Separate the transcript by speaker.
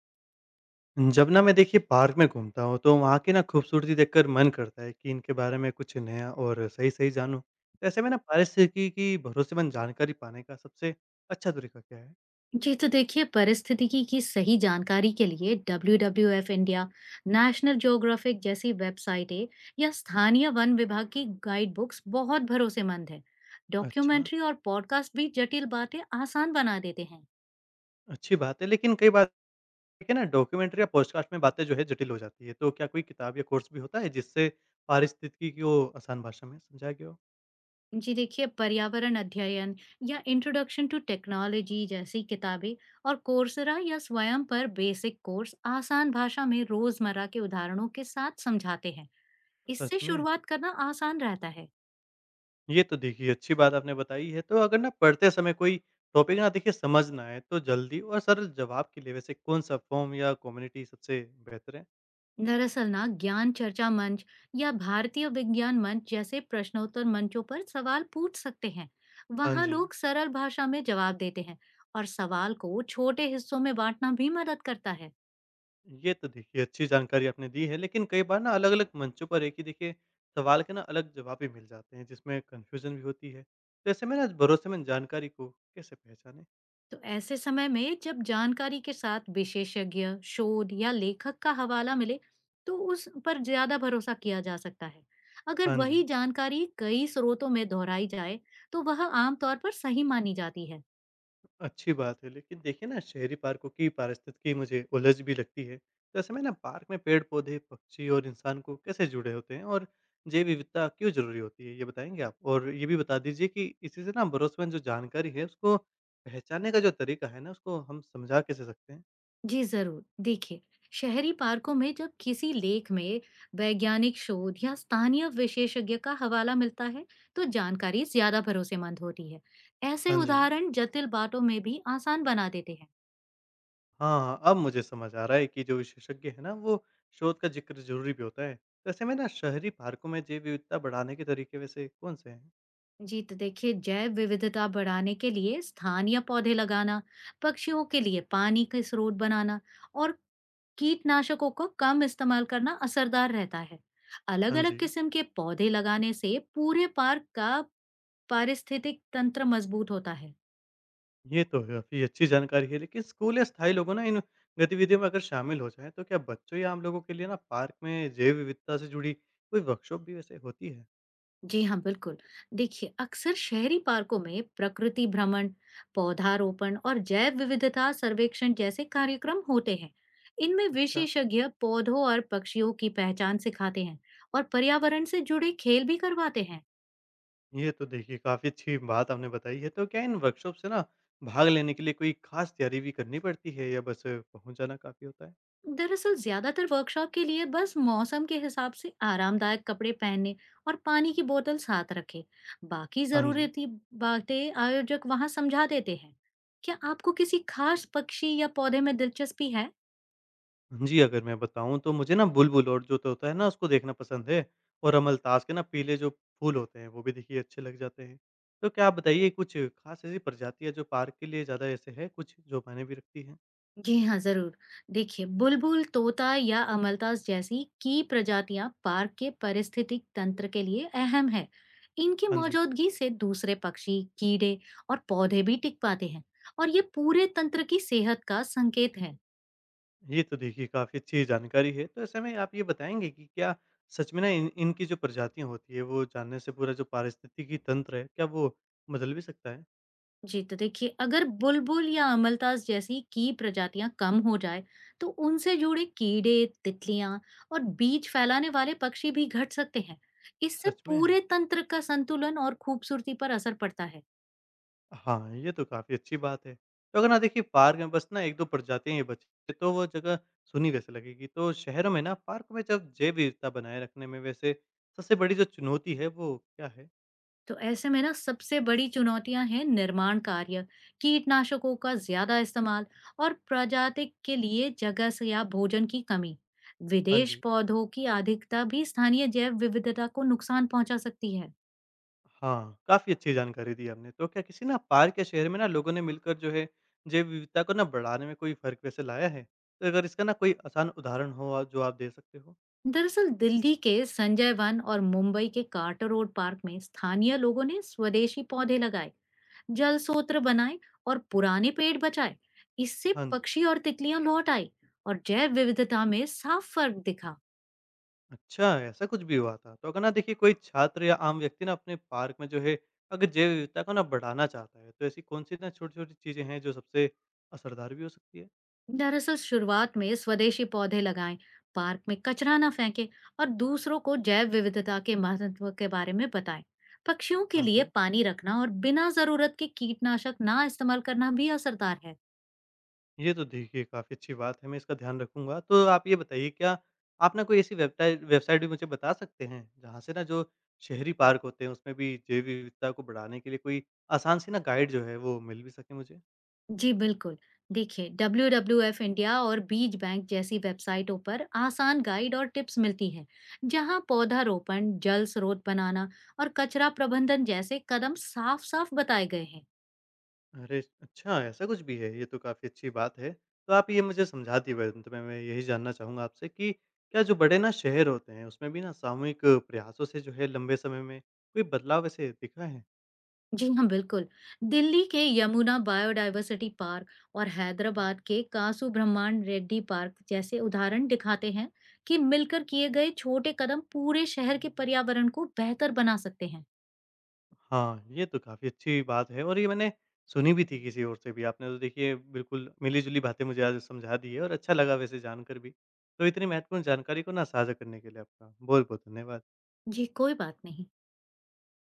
Speaker 1: जब ना मैं देखिए पार्क में घूमता हूँ तो वहाँ की ना खूबसूरती देखकर मन करता है कि इनके बारे में कुछ नया और सही सही जानूँ, तो ऐसे में ना पारिस्थितिकी की भरोसेमंद जानकारी पाने का सबसे अच्छा तरीका क्या है?
Speaker 2: जी तो देखिए, परिस्थितिकी की सही जानकारी के लिए WWF इंडिया, नेशनल ज्योग्राफिक जैसी वेबसाइटें या स्थानीय वन विभाग की गाइड बुक्स बहुत भरोसेमंद है।
Speaker 1: अच्छा।
Speaker 2: डॉक्यूमेंट्री और पॉडकास्ट भी जटिल बातें आसान बना देते हैं।
Speaker 1: अच्छी बात है, लेकिन कई बार देखिए ना डॉक्यूमेंट्री या पॉडकास्ट में बातें जो है जटिल हो जाती है, तो क्या कोई किताब या कोर्स भी होता है जिससे पारिस्थितिकी को आसान भाषा में समझाया गया हो?
Speaker 2: जी देखिए, पर्यावरण अध्ययन या इंट्रोडक्शन टू टेक्नोलॉजी जैसी किताबें और कोर्सरा या स्वयं पर बेसिक कोर्स आसान भाषा में रोजमर्रा के उदाहरणों के साथ समझाते हैं।
Speaker 1: सच
Speaker 2: इससे
Speaker 1: में?
Speaker 2: शुरुआत करना आसान रहता है।
Speaker 1: ये तो देखिए अच्छी बात आपने बताई है। तो अगर ना पढ़ते समय कोई टॉपिक ना देखिए समझ ना आए, तो जल्दी और सरल जवाब के लिए वैसे कौन-सा फ़ॉर्म या कम्युनिटी सबसे बेहतर है?
Speaker 2: दरअसल ना, ज्ञान चर्चा मंच या भारतीय विज्ञान मंच जैसे प्रश्नोत्तर मंचों पर सवाल पूछ सकते हैं।
Speaker 1: हाँ
Speaker 2: वहाँ
Speaker 1: जी।
Speaker 2: लोग सरल भाषा में जवाब देते हैं, और सवाल को छोटे हिस्सों में बांटना भी मदद करता है।
Speaker 1: ये तो देखिए अच्छी जानकारी आपने दी है, लेकिन कई बार ना अलग-अलग मंचों पर एक ही देखिए सवाल के ना अलग जवाब भी मिल जाते हैं, जिसमें कन्फ्यूज़न भी होती है। तो ऐसे में ना भरोसेमंद जानकारी को कैसे पहचानें?
Speaker 2: तो ऐसे समय में जब जानकारी के साथ विशेषज्ञ शोध या लेखक का हवाला मिले, तो उस पर ज्यादा भरोसा किया जा सकता है। अगर
Speaker 1: हाँ
Speaker 2: वही
Speaker 1: जी।
Speaker 2: जानकारी कई स्रोतों में दोहराई जाए, तो वह आमतौर पर सही मानी जाती है।
Speaker 1: अच्छी बात है, लेकिन देखिए ना शहरी पार्कों की पारिस्थितिकी मुझे उलझ भी लगती है। तो ऐसे में ना पार्क में पेड़-पौधे, पक्षी और इंसान को कैसे जुड़े होते हैं, और जैव विविधता क्यों ज़रूरी होती है, ये बताएँगे आप? और ये भी बता दीजिए कि इसी से ना भरोसेमंद जो जानकारी है उसको पहचानने का जो तरीका है ना, उसको हम समझा कैसे सकते हैं?
Speaker 2: जी जरूर, देखिए, शहरी पार्कों में जब किसी लेख में वैज्ञानिक शोध या स्थानीय विशेषज्ञ का हवाला मिलता है, तो जानकारी ज्यादा भरोसेमंद होती है। ऐसे
Speaker 1: हाँ जी।
Speaker 2: उदाहरण जटिल बातों में भी आसान बना देते हैं।
Speaker 1: हाँ, हाँ, अब मुझे समझ आ रहा है कि जो विशेषज्ञ है ना, वो शोध का ज़िक्र ज़रूरी भी होता है। तो ऐसे में ना शहरी पार्कों में जैव विविधता बढ़ाने के तरीके वैसे कौन से हैं?
Speaker 2: जी तो देखिए, जैव विविधता बढ़ाने के लिए स्थानीय पौधे लगाना, पक्षियों के लिए पानी के स्रोत बनाना और कीटनाशकों को कम इस्तेमाल करना असरदार रहता है। अलग
Speaker 1: हाँ
Speaker 2: अलग
Speaker 1: जी।
Speaker 2: किस्म के पौधे लगाने से पूरे पार्क का पारिस्थितिक तंत्र मजबूत होता है।
Speaker 1: ये तो काफ़ी अच्छी जानकारी है, लेकिन स्कूल या स्थायी लोगों ना इन गतिविधियों में अगर शामिल हो जाएँ, तो क्या बच्चों या आम लोगों के लिए ना पार्क में जैव विविधता से जुड़ी कोई वर्कशॉप भी वैसे होती है?
Speaker 2: जी हाँ, बिल्कुल। देखिए, अक्सर शहरी पार्कों में प्रकृति भ्रमण, पौधारोपण और जैव विविधता सर्वेक्षण जैसे कार्यक्रम होते हैं। इनमें
Speaker 1: अच्छा।
Speaker 2: विशेषज्ञ पौधों और पक्षियों की पहचान सिखाते हैं और पर्यावरण से जुड़े खेल भी करवाते हैं।
Speaker 1: ये तो देखिए काफ़ी अच्छी बात आपने बताई है। तो क्या इन वर्कशॉप से ना भाग लेने के लिए कोई खास तैयारी भी करनी पड़ती है, या बस पहुँच जाना काफ़ी होता है?
Speaker 2: दरअसल ज्यादातर वर्कशॉप के लिए बस मौसम के हिसाब से आरामदायक कपड़े पहनने और पानी की बोतल साथ रखें। बाकी
Speaker 1: हाँ जी।
Speaker 2: जरूरती बातें आयोजक वहां समझा देते हैं। क्या आपको किसी खास पक्षी या पौधे में दिलचस्पी है?
Speaker 1: जी, अगर मैं बताऊँ, तो मुझे ना बुलबुल और जो तोता है ना उसको देखना पसंद है, और अमलतास के ना पीले जो फूल होते हैं वो भी देखिए अच्छे लग जाते हैं। तो क्या आप बताइए कुछ खास ऐसी प्रजातियाँ जो पार्क के लिए ज़्यादा ऐसे है, कुछ जो मायने भी रखती हैं?
Speaker 2: जी हाँ जरूर। देखिए, बुलबुल, तोता या अमलतास जैसी की प्रजातियां पार्क के पारिस्थितिक तंत्र के लिए अहम है। इनकी
Speaker 1: हाँ जी,
Speaker 2: मौजूदगी से दूसरे पक्षी, कीड़े और पौधे भी टिक पाते हैं, और ये पूरे तंत्र की सेहत का संकेत है।
Speaker 1: ये तो देखिए काफ़ी अच्छी जानकारी है। तो ऐसे में आप ये बताएँगे कि क्या सच में ना इन इनकी जो प्रजातियाँ होती है वो जानने से पूरा जो पारिस्थितिकी तंत्र है, क्या वो बदल भी सकता है?
Speaker 2: जी, तो देखिए, अगर बुलबुल या अमलतास जैसी की प्रजातियां कम हो जाए, तो उनसे जुड़े कीड़े, तितलियां और बीज फैलाने वाले पक्षी भी घट सकते हैं। इससे
Speaker 1: सच में?
Speaker 2: पूरे तंत्र का संतुलन और खूबसूरती पर असर पड़ता है।
Speaker 1: हाँ, ये तो काफ़ी अच्छी बात है। तो अगर ना देखिए पार्क में बस ना 1-2 प्रजातियाँ ही बची, तो वो जगह सूनी वैसे लगेगी। तो शहरों में ना पार्क में जब जैव विविधता बनाए रखने में वैसे सबसे बड़ी जो चुनौती है वो क्या है?
Speaker 2: तो ऐसे में ना, सबसे बड़ी चुनौतियां हैं निर्माण कार्य, कीटनाशकों का ज्यादा इस्तेमाल और प्रजाति के लिए जगह से या भोजन की कमी।
Speaker 1: हाँ
Speaker 2: विदेश
Speaker 1: जी।
Speaker 2: पौधों की अधिकता भी स्थानीय जैव विविधता को नुकसान पहुंचा सकती है।
Speaker 1: हाँ, काफ़ी अच्छी जानकारी दी आपने। तो क्या किसी ना पार्क या शहर में ना लोगों ने मिलकर जो है जैव विविधता को ना बढ़ाने में कोई फ़र्क वैसे लाया है? तो अगर इसका ना कोई आसान उदाहरण हो आप जो आप दे सकते हो?
Speaker 2: दरअसल दिल्ली के संजय वन और मुंबई के कार्टर रोड पार्क में स्थानीय लोगों ने स्वदेशी पौधे लगाए, जल स्रोत बनाए और पुराने पेड़ बचाए। इससे
Speaker 1: हाँ जी।
Speaker 2: पक्षी और तितलियां लौट आई और जैव विविधता में साफ फर्क दिखा।
Speaker 1: अच्छा, ऐसा कुछ भी हुआ था? तो अगर ना देखिए कोई छात्र या आम व्यक्ति ना अपने पार्क में जो है अगर जैव विविधता को ना बढ़ाना चाहता है, तो ऐसी कौन-सी ना छोटी-छोटी चीज़ें हैं जो सबसे असरदार भी हो सकती है?
Speaker 2: दरअसल शुरुआत में स्वदेशी पौधे लगाएं, पार्क में कचरा ना फेंके और दूसरों को जैव विविधता के महत्व के बारे में बताएं। पक्षियों के
Speaker 1: हाँ
Speaker 2: लिए
Speaker 1: जी।
Speaker 2: पानी रखना और बिना जरूरत के कीटनाशक ना इस्तेमाल करना भी असरदार है।
Speaker 1: ये तो देखिए काफ़ी अच्छी बात है, मैं इसका ध्यान रखूँगा। तो आप ये बताइए, क्या आप ना कोई ऐसी वेबटाइ वेबसाइट भी मुझे बता सकते हैं जहाँ से ना जो शहरी पार्क होते हैं उसमें भी जैव विविधता को बढ़ाने के लिए कोई आसान सी ना गाइड जो है वो मिल भी सके मुझे?
Speaker 2: जी बिल्कुल। देखिए, WWF इंडिया और बीज बैंक जैसी वेबसाइटों पर आसान गाइड और टिप्स मिलती हैं, जहां पौधारोपण, जल स्रोत बनाना और कचरा प्रबंधन जैसे कदम साफ-साफ बताए गए हैं।
Speaker 1: अरे! अच्छा, ऐसा कुछ भी है? ये तो काफ़ी अच्छी बात है। तो आप ये मुझे समझा दिए। अंत में मैं यही जानना चाहूँगा आपसे कि क्या जो बड़े ना शहर होते हैं, उसमें भी ना सामूहिक प्रयासों से जो है लंबे समय में कोई बदलाव ऐसे दिखा है?
Speaker 2: जी हाँ, बिल्कुल। दिल्ली के यमुना बायोडायवर्सिटी पार्क और हैदराबाद के कासु ब्रह्मांड रेड्डी पार्क जैसे उदाहरण दिखाते हैं कि मिलकर किए गए छोटे कदम पूरे शहर के पर्यावरण को बेहतर बना सकते हैं।
Speaker 1: हाँ, ये तो काफ़ी अच्छी बात है, और ये मैंने सुनी भी थी किसी और से भी। आपने तो देखिए बिल्कुल मिली-जुली बातें मुझे आज समझा दी है, और अच्छा लगा वैसे जानकर भी। तो इतनी महत्वपूर्ण जानकारी को ना साझा करने के लिए आपका बहुत-बहुत धन्यवाद।
Speaker 2: जी, कोई बात नहीं।